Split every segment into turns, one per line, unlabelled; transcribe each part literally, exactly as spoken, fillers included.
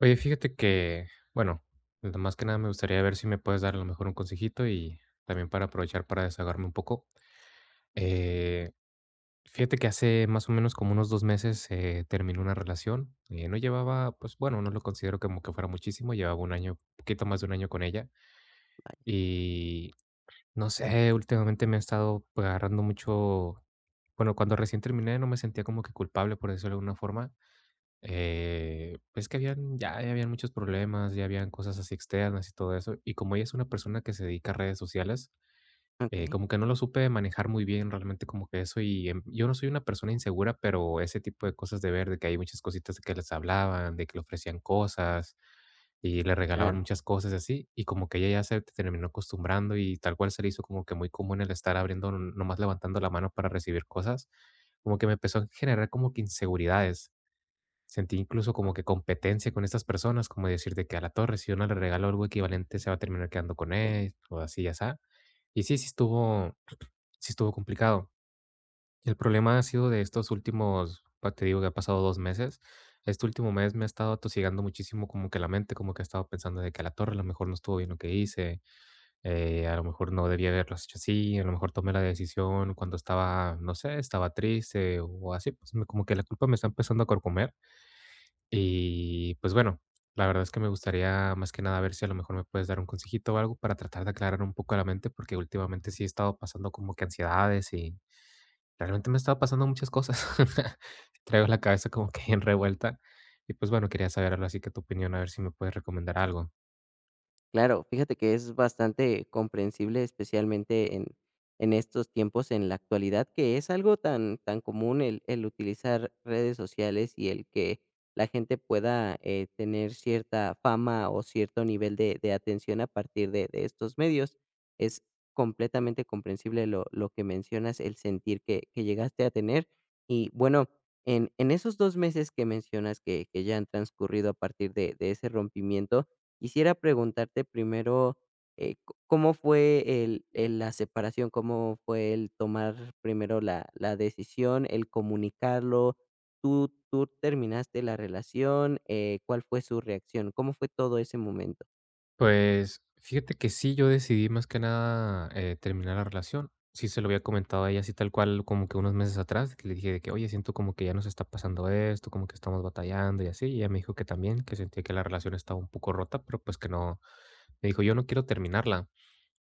Oye, fíjate que, bueno, nada más que nada me gustaría ver si me puedes dar a lo mejor un consejito y también para aprovechar para desahogarme un poco. Eh, Fíjate que hace más o menos como unos dos meses eh, terminé una relación. Eh, no llevaba, pues bueno, no lo considero como que fuera muchísimo. Llevaba un año, poquito más de un año con ella. Y no sé, últimamente me ha estado pues, agarrando mucho. Bueno, cuando recién terminé no me sentía como que culpable, por decirlo de alguna forma. Eh, pues, que habían ya ya habían muchos problemas, ya habían cosas así externas y todo eso. Y como ella es una persona que se dedica a redes sociales, eh,
Okey,
como que no lo supe manejar muy bien realmente como que eso, y, em, yo no soy una persona insegura, pero ese tipo de cosas de ver, de que hay muchas cositas de que les hablaban, de que le ofrecían cosas y le
claro,
regalaban muchas cosas y así, y como que ella ya se terminó acostumbrando y tal cual se le hizo como que muy común el estar abriendo, nomás levantando la mano para recibir cosas, como que me empezó a generar como que inseguridades. Sentí incluso
ah,
como que competencia con estas personas, como decir de que a la torre, si yo no le regalo algo equivalente, se va a terminar quedando con
sí.
él, o así, ya está. Y sí, sí estuvo, sí estuvo complicado. El problema ha sido de estos últimos, pa- te digo que ha pasado dos meses. Este último mes me ha estado atosigando muchísimo como que la mente, como que ha estado pensando de que a la torre a lo mejor no estuvo bien lo que hice, eh, a lo mejor no debía haberlo hecho así, a lo mejor tomé la decisión cuando estaba, no sé, estaba triste o así, pues me- como que la culpa me está empezando a corcomer y pues bueno, la verdad es que me gustaría más que nada ver si a lo mejor me puedes dar un consejito o algo para tratar de aclarar un poco la mente, porque últimamente sí he estado pasando como que ansiedades y realmente me he estado pasando muchas cosas. Traigo la cabeza como que en revuelta. Y pues bueno, quería saber algo así que tu opinión, a ver si me puedes recomendar algo.
Claro, fíjate que es bastante comprensible, especialmente en, en estos tiempos, en la actualidad, que es algo tan, tan común el, el utilizar redes sociales y el que la gente pueda eh, tener cierta fama o cierto nivel de, de atención a partir de, de estos medios. Es completamente comprensible lo, lo que mencionas, el sentir que, que llegaste a tener. Y bueno, en, en esos dos meses que mencionas que, que ya han transcurrido a partir de, de ese rompimiento. Quisiera preguntarte primero, eh, c- ¿cómo fue el, el- la separación? ¿Cómo fue el tomar primero la, la decisión, el comunicarlo? ¿Tú, tú terminaste la relación? Eh, ¿Cuál fue su reacción? ¿Cómo fue todo ese momento?
Pues, fíjate que sí, yo decidí más que nada, eh, terminar la relación. Sí se lo había comentado a ella así tal cual, como que unos meses atrás, que le dije de que: "Oye, siento como que ya nos está pasando esto, como que estamos batallando y así". Y ella me dijo que también, que sentía que la relación estaba un poco rota, pero, pues, que no me dijo: "Yo no quiero terminarla",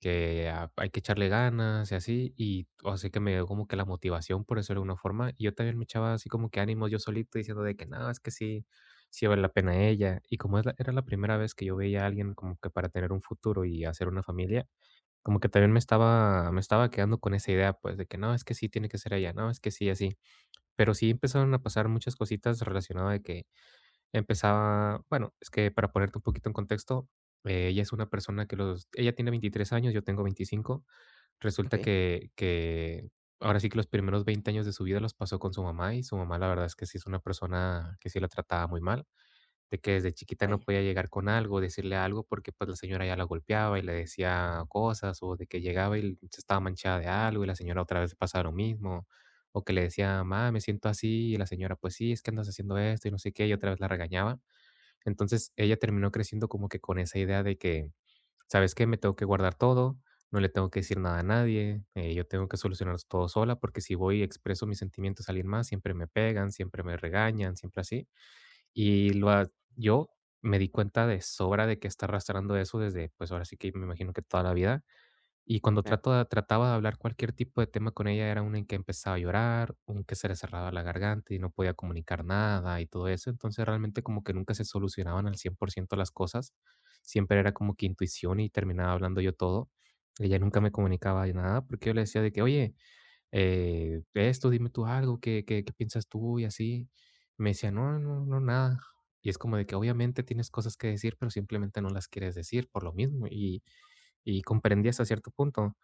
que a- hay que echarle ganas y así, y así que me dio como que la motivación, por eso de alguna forma, y yo también me echaba así como que ánimos yo solito diciendo de que no, es que sí, sí vale la pena ella, y como es la- era la primera vez que yo veía a alguien como que para tener un futuro y hacer una familia, como que también me estaba, me estaba quedando con esa idea, pues, de que no, es que sí tiene que ser ella, no, es que sí, así, pero sí empezaron a pasar muchas cositas relacionadas de que empezaba, bueno, es que para ponerte un poquito en contexto, eh, ella es una persona que los, ella tiene veintitrés años, yo tengo veinticinco.
Ok.
Resulta que que ahora sí que los primeros veinte años de su vida los pasó con su mamá, y su mamá la verdad es que sí es una persona que sí la trataba muy mal, de que desde chiquita no
Vaya,
podía llegar con algo, decirle algo, porque, pues, la señora ya la golpeaba y le decía cosas, o de que llegaba y se estaba manchada de algo, y la señora otra vez pasaba lo mismo, o que le decía: "mamá me siento así", y la señora: "Pues sí, es que andas haciendo esto y no sé qué", y otra vez la regañaba. Entonces, ella terminó creciendo como que con esa idea de que: ¿Sabes qué? Me tengo que guardar todo, no le tengo que decir nada a nadie, eh, yo tengo que solucionar todo sola, porque si voy y expreso mis sentimientos a alguien más, siempre me pegan, siempre me regañan, siempre así. Y lo ha- yo me di cuenta de sobra de que está arrastrando eso desde, pues ahora sí que me imagino que toda la vida, y cuando
claro.
trato de- trataba de hablar cualquier tipo de tema con ella, era una en que empezaba a llorar, un que se le cerraba la garganta y no podía comunicar nada y todo eso. Entonces realmente como que nunca se solucionaban al cien por ciento las cosas. Siempre era como que intuición y terminaba hablando yo todo. Ella nunca
Vaya,
me comunicaba de nada porque yo le decía de que: "Oye, eh, esto, dime tú algo, ¿qué, qué, qué piensas tú?" Y así. Me decía: no, no, no, nada. Y es como de que obviamente tienes cosas que decir, pero simplemente no las quieres decir por lo mismo. Y, y comprendí hasta cierto punto.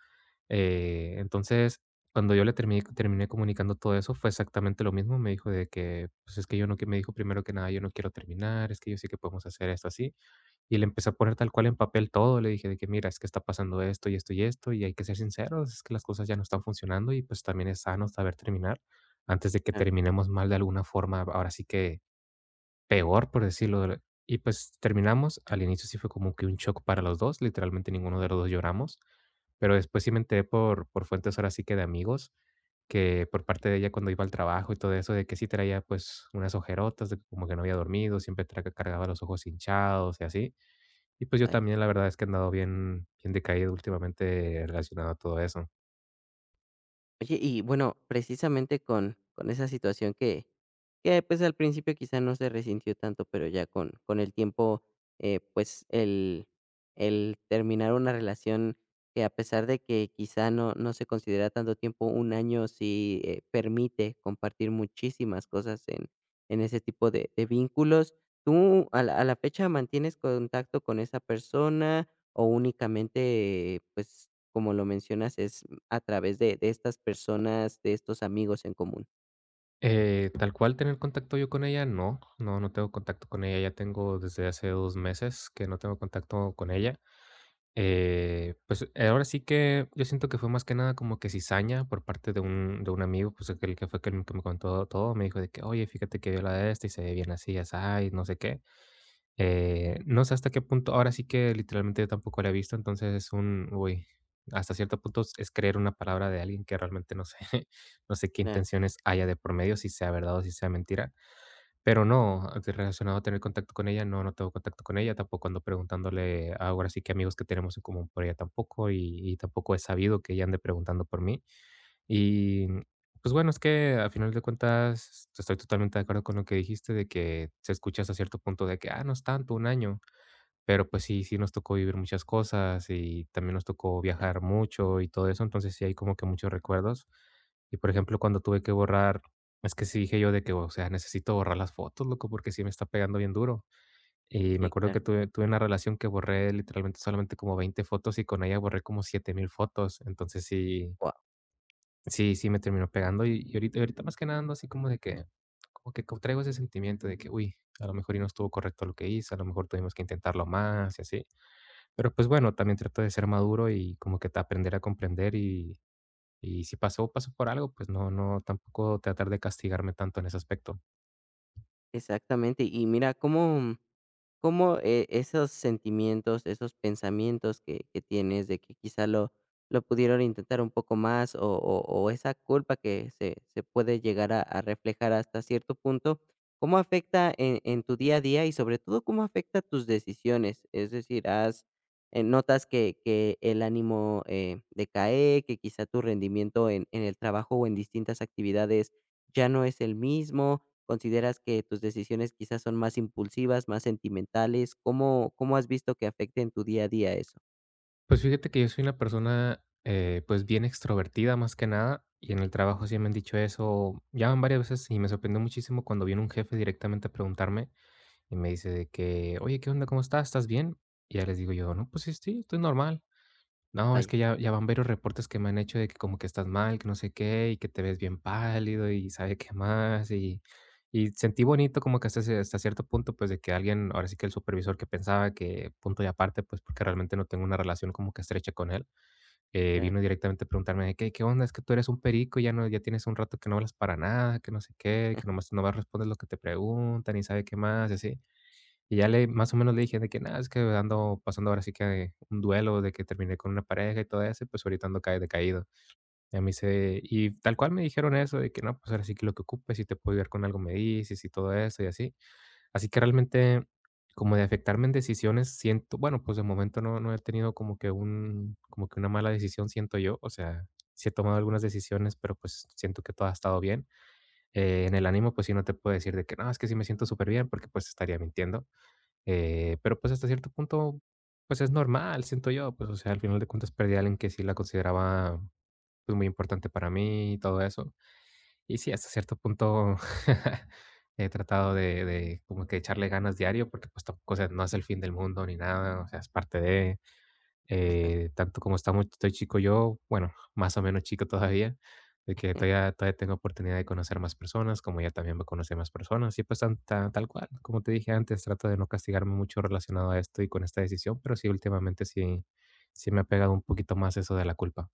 Eh, entonces, cuando yo le terminé, terminé comunicando todo eso, fue exactamente lo mismo. Me dijo de que, pues es que yo no, que me dijo primero que nada, yo no quiero terminar, es que yo sé que podemos hacer esto así. Y le empecé a poner tal cual en papel todo, le dije de que: "Mira, es que está pasando esto, y esto, y esto, y hay que ser sinceros, es que las cosas ya no están funcionando, y pues también es sano saber terminar, antes de que
claro.
terminemos mal de alguna forma, ahora sí que peor, por decirlo de la". Y pues terminamos, al inicio sí fue como que un shock para los dos, literalmente ninguno de los dos lloramos, pero después sí me enteré por por fuentes ahora sí que de amigos, que por parte de ella cuando iba al trabajo y todo eso, de que sí traía, pues, unas ojerotas, de que como que no había dormido, siempre tra cargaba los ojos hinchados y así. Y pues yo
Vaya.
también, la verdad es que he andado bien, bien decaído últimamente relacionado a todo eso.
Oye, y bueno, precisamente con, con esa situación que, que pues al principio quizá no se resintió tanto, pero ya con, con el tiempo, eh, pues el, el terminar una relación que a pesar de que quizá no, no se considera tanto tiempo, un año sí eh, permite compartir muchísimas cosas en, en ese tipo de, de vínculos. ¿Tú a la, a la fecha mantienes contacto con esa persona o únicamente, pues como lo mencionas, a través de de estas personas, de estos amigos en común?
Eh, tal cual tener contacto yo con ella, no, no, no tengo contacto con ella. Ya tengo desde hace dos meses que no tengo contacto con ella. Eh, pues eh, ahora sí que yo siento que fue más que nada como que cizaña por parte de un, de un amigo, pues aquel que fue el que me contó todo, me dijo de que: "Oye, fíjate que vio la de esta y se ve bien así", ya y no sé qué. Eh, no sé hasta qué punto, ahora sí que literalmente yo tampoco la he visto, entonces es un, uy, hasta cierto punto es es creer una palabra de alguien que realmente no sé, no sé qué
Claro.
intenciones haya de por medio, si sea verdad o si sea mentira, pero no, de relacionado a tener contacto con ella, no, no tengo contacto con ella, tampoco ando preguntándole, ahora sí que amigos que tenemos en común por ella tampoco, y, y tampoco he sabido que ella ande preguntando por mí, y... Pues bueno, es que a final de cuentas estoy totalmente de acuerdo con lo que dijiste de que se escucha hasta cierto punto de que, ah, no es tanto, un año, pero, pues sí, sí nos tocó vivir muchas cosas, y también nos tocó
Ya.
viajar mucho y todo eso, entonces sí hay como que muchos recuerdos. Y, por ejemplo, cuando tuve que borrar, es que sí dije yo de que, o sea, necesito borrar las fotos, loco, porque sí me está pegando bien duro. Y me
Sí,
acuerdo que
claro.
tuve tuve una relación que borré literalmente solamente como veinte fotos y con ella borré como siete mil fotos. Entonces sí, sí, sí me terminó pegando. Y y ahorita ahorita más que nada ando así como de que como que co traigo ese sentimiento de que, uy, a lo mejor y no estuvo correcto lo que hice, a lo mejor tuvimos que intentarlo más y así. Pero, pues, bueno, también trato de ser maduro y como que te- aprender a comprender, y y si pasó, pasó por algo, pues, no no tampoco tratar de castigarme tanto en ese aspecto.
Exactamente. Y mira cómo, cómo eh, esos sentimientos, esos pensamientos que, que tienes de que quizá lo, lo pudieron intentar un poco más o, o, o esa culpa que se, se puede llegar a, a reflejar hasta cierto punto, ¿cómo afecta en, en tu día a día y sobre todo cómo afecta tus decisiones? Es decir, has, eh, notas que, que el ánimo eh, decae, que quizá tu rendimiento en, en el trabajo o en distintas actividades ya no es el mismo. ¿Consideras que tus decisiones quizás son más impulsivas, más sentimentales? ¿Cómo, cómo has visto que afecte en tu día a día eso?
Pues, fíjate que yo soy una persona, eh, pues, bien extrovertida, más que nada, y en el trabajo sí me han dicho eso, ya van varias veces, y me sorprendió muchísimo cuando viene un jefe directamente a preguntarme, y me dice de que: "Oye, ¿qué onda? ¿Cómo estás? ¿Estás bien?". Y ya les digo yo: "No, pues, sí sí, estoy normal". No, es
Vaya,
que ya ya van varios reportes que me han hecho de que como que estás mal, que no sé qué, y que te ves bien pálido y sabe qué más, y y sentí bonito como que hasta ese hasta cierto punto, pues, de que alguien, ahora sí que el supervisor que pensaba que punto y aparte, pues, porque realmente no tengo una relación como que estrecha con él, eh,
claro.
vino directamente a preguntarme de que: "¿Qué onda? Es que tú eres un perico, ya no ya tienes un rato que no hablas para nada, que no sé qué, que nomás nomás respondes lo que te preguntan y sabe qué más", y así. Y ya le más o menos le dije de que: "nada es que ando pasando ahora sí que un duelo de que terminé con una pareja y todo eso, y pues ahorita ando cae decaído". Ya me dice y tal cual me dijeron eso de que: "No, pues ahora sí que lo que ocupes, si te puedo ayudar con algo me dices y todo eso y así". Así que realmente como de afectarme en decisiones siento bueno, pues de momento no no he tenido como que un como que una mala decisión, siento yo, o sea, sí he tomado algunas decisiones, pero pues siento que todo ha estado bien. Eh, en el ánimo, pues sí, no te puedo decir de que: "No, es que sí me siento súper bien", porque pues estaría mintiendo. Eh, pero, pues, hasta cierto punto, pues, es normal, siento yo, pues, o sea, al final de cuentas perdí a alguien que sí la consideraba, pues, muy importante para mí y todo eso. Y sí, hasta cierto punto he tratado de de como que echarle ganas diario porque, pues, tampoco, o sea, no es el fin del mundo ni nada, o sea, es parte de,
Exacto.
eh, tanto como estamos, estoy chico yo, bueno, más o menos chico todavía, de que todavía, todavía tengo oportunidad de conocer más personas, como ella también va a conocer más personas, y pues tan, ta- tal cual, como te dije antes, trato de no castigarme mucho relacionado a esto y con esta decisión, pero sí, últimamente sí, sí me ha pegado un poquito más eso de la culpa.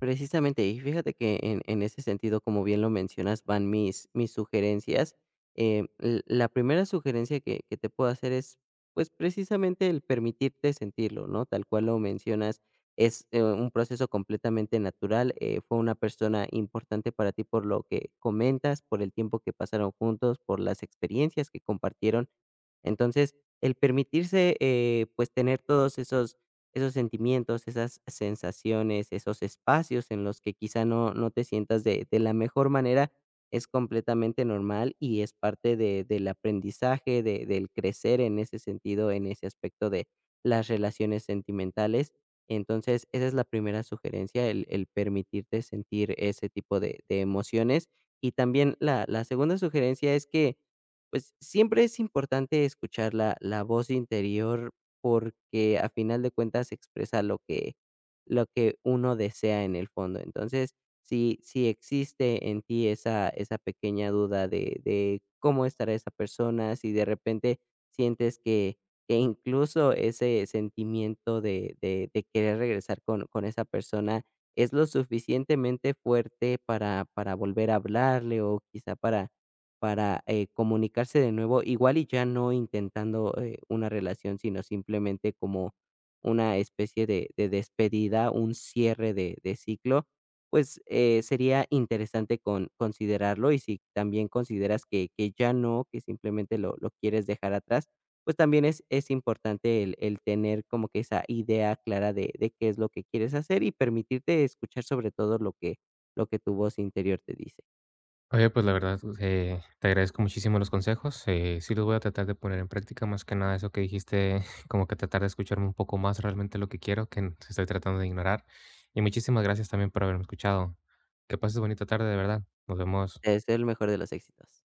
Precisamente, y fíjate que en en ese sentido, como bien lo mencionas, van mis mis sugerencias. Em, l la primera sugerencia que que te puedo hacer es, pues, precisamente el permitirte sentirlo, ¿no? Tal cual lo mencionas, es, eh, un proceso completamente natural. Eh, fue una persona importante para ti por lo que comentas, por el tiempo que pasaron juntos, por las experiencias que compartieron. Entonces, el permitirse, eh, pues, tener todos esos esos sentimientos, esas sensaciones, esos espacios en los que quizá no, no te sientas de, de la mejor manera, es completamente normal y es parte de- del aprendizaje, de- del crecer en ese sentido, en ese aspecto de las relaciones sentimentales. Entonces, esa es la primera sugerencia, el, el permitirte sentir ese tipo de, de emociones. Y también la, la segunda sugerencia es que, pues, siempre es importante escuchar la, la voz interior, porque a final de cuentas expresa lo que, lo que uno desea en el fondo. Entonces, si, si existe en ti esa, esa pequeña duda de, de cómo estará esa persona, si de repente sientes que, que incluso ese sentimiento de, de, de querer regresar con, con esa persona es lo suficientemente fuerte para, para volver a hablarle o quizá para para, eh, comunicarse de nuevo, igual y ya no intentando, eh, una relación, sino simplemente como una especie de de despedida, un cierre de de ciclo. Pues, eh, sería interesante con considerarlo, y si también consideras que que ya no, que simplemente lo lo quieres dejar atrás, pues, también es es importante el el tener como que esa idea clara de de qué es lo que quieres hacer y permitirte escuchar sobre todo lo que lo que tu voz interior te dice.
Oye, pues la verdad, eh, te agradezco muchísimo los consejos. Eh, sí los voy a tratar de poner en práctica, más que nada eso que dijiste, como que tratar de escucharme un poco más realmente lo que quiero, que n- estoy tratando de ignorar. Y muchísimas gracias también por haberme escuchado. Que pases bonita tarde, de verdad. Nos vemos.
Es el mejor de los éxitos.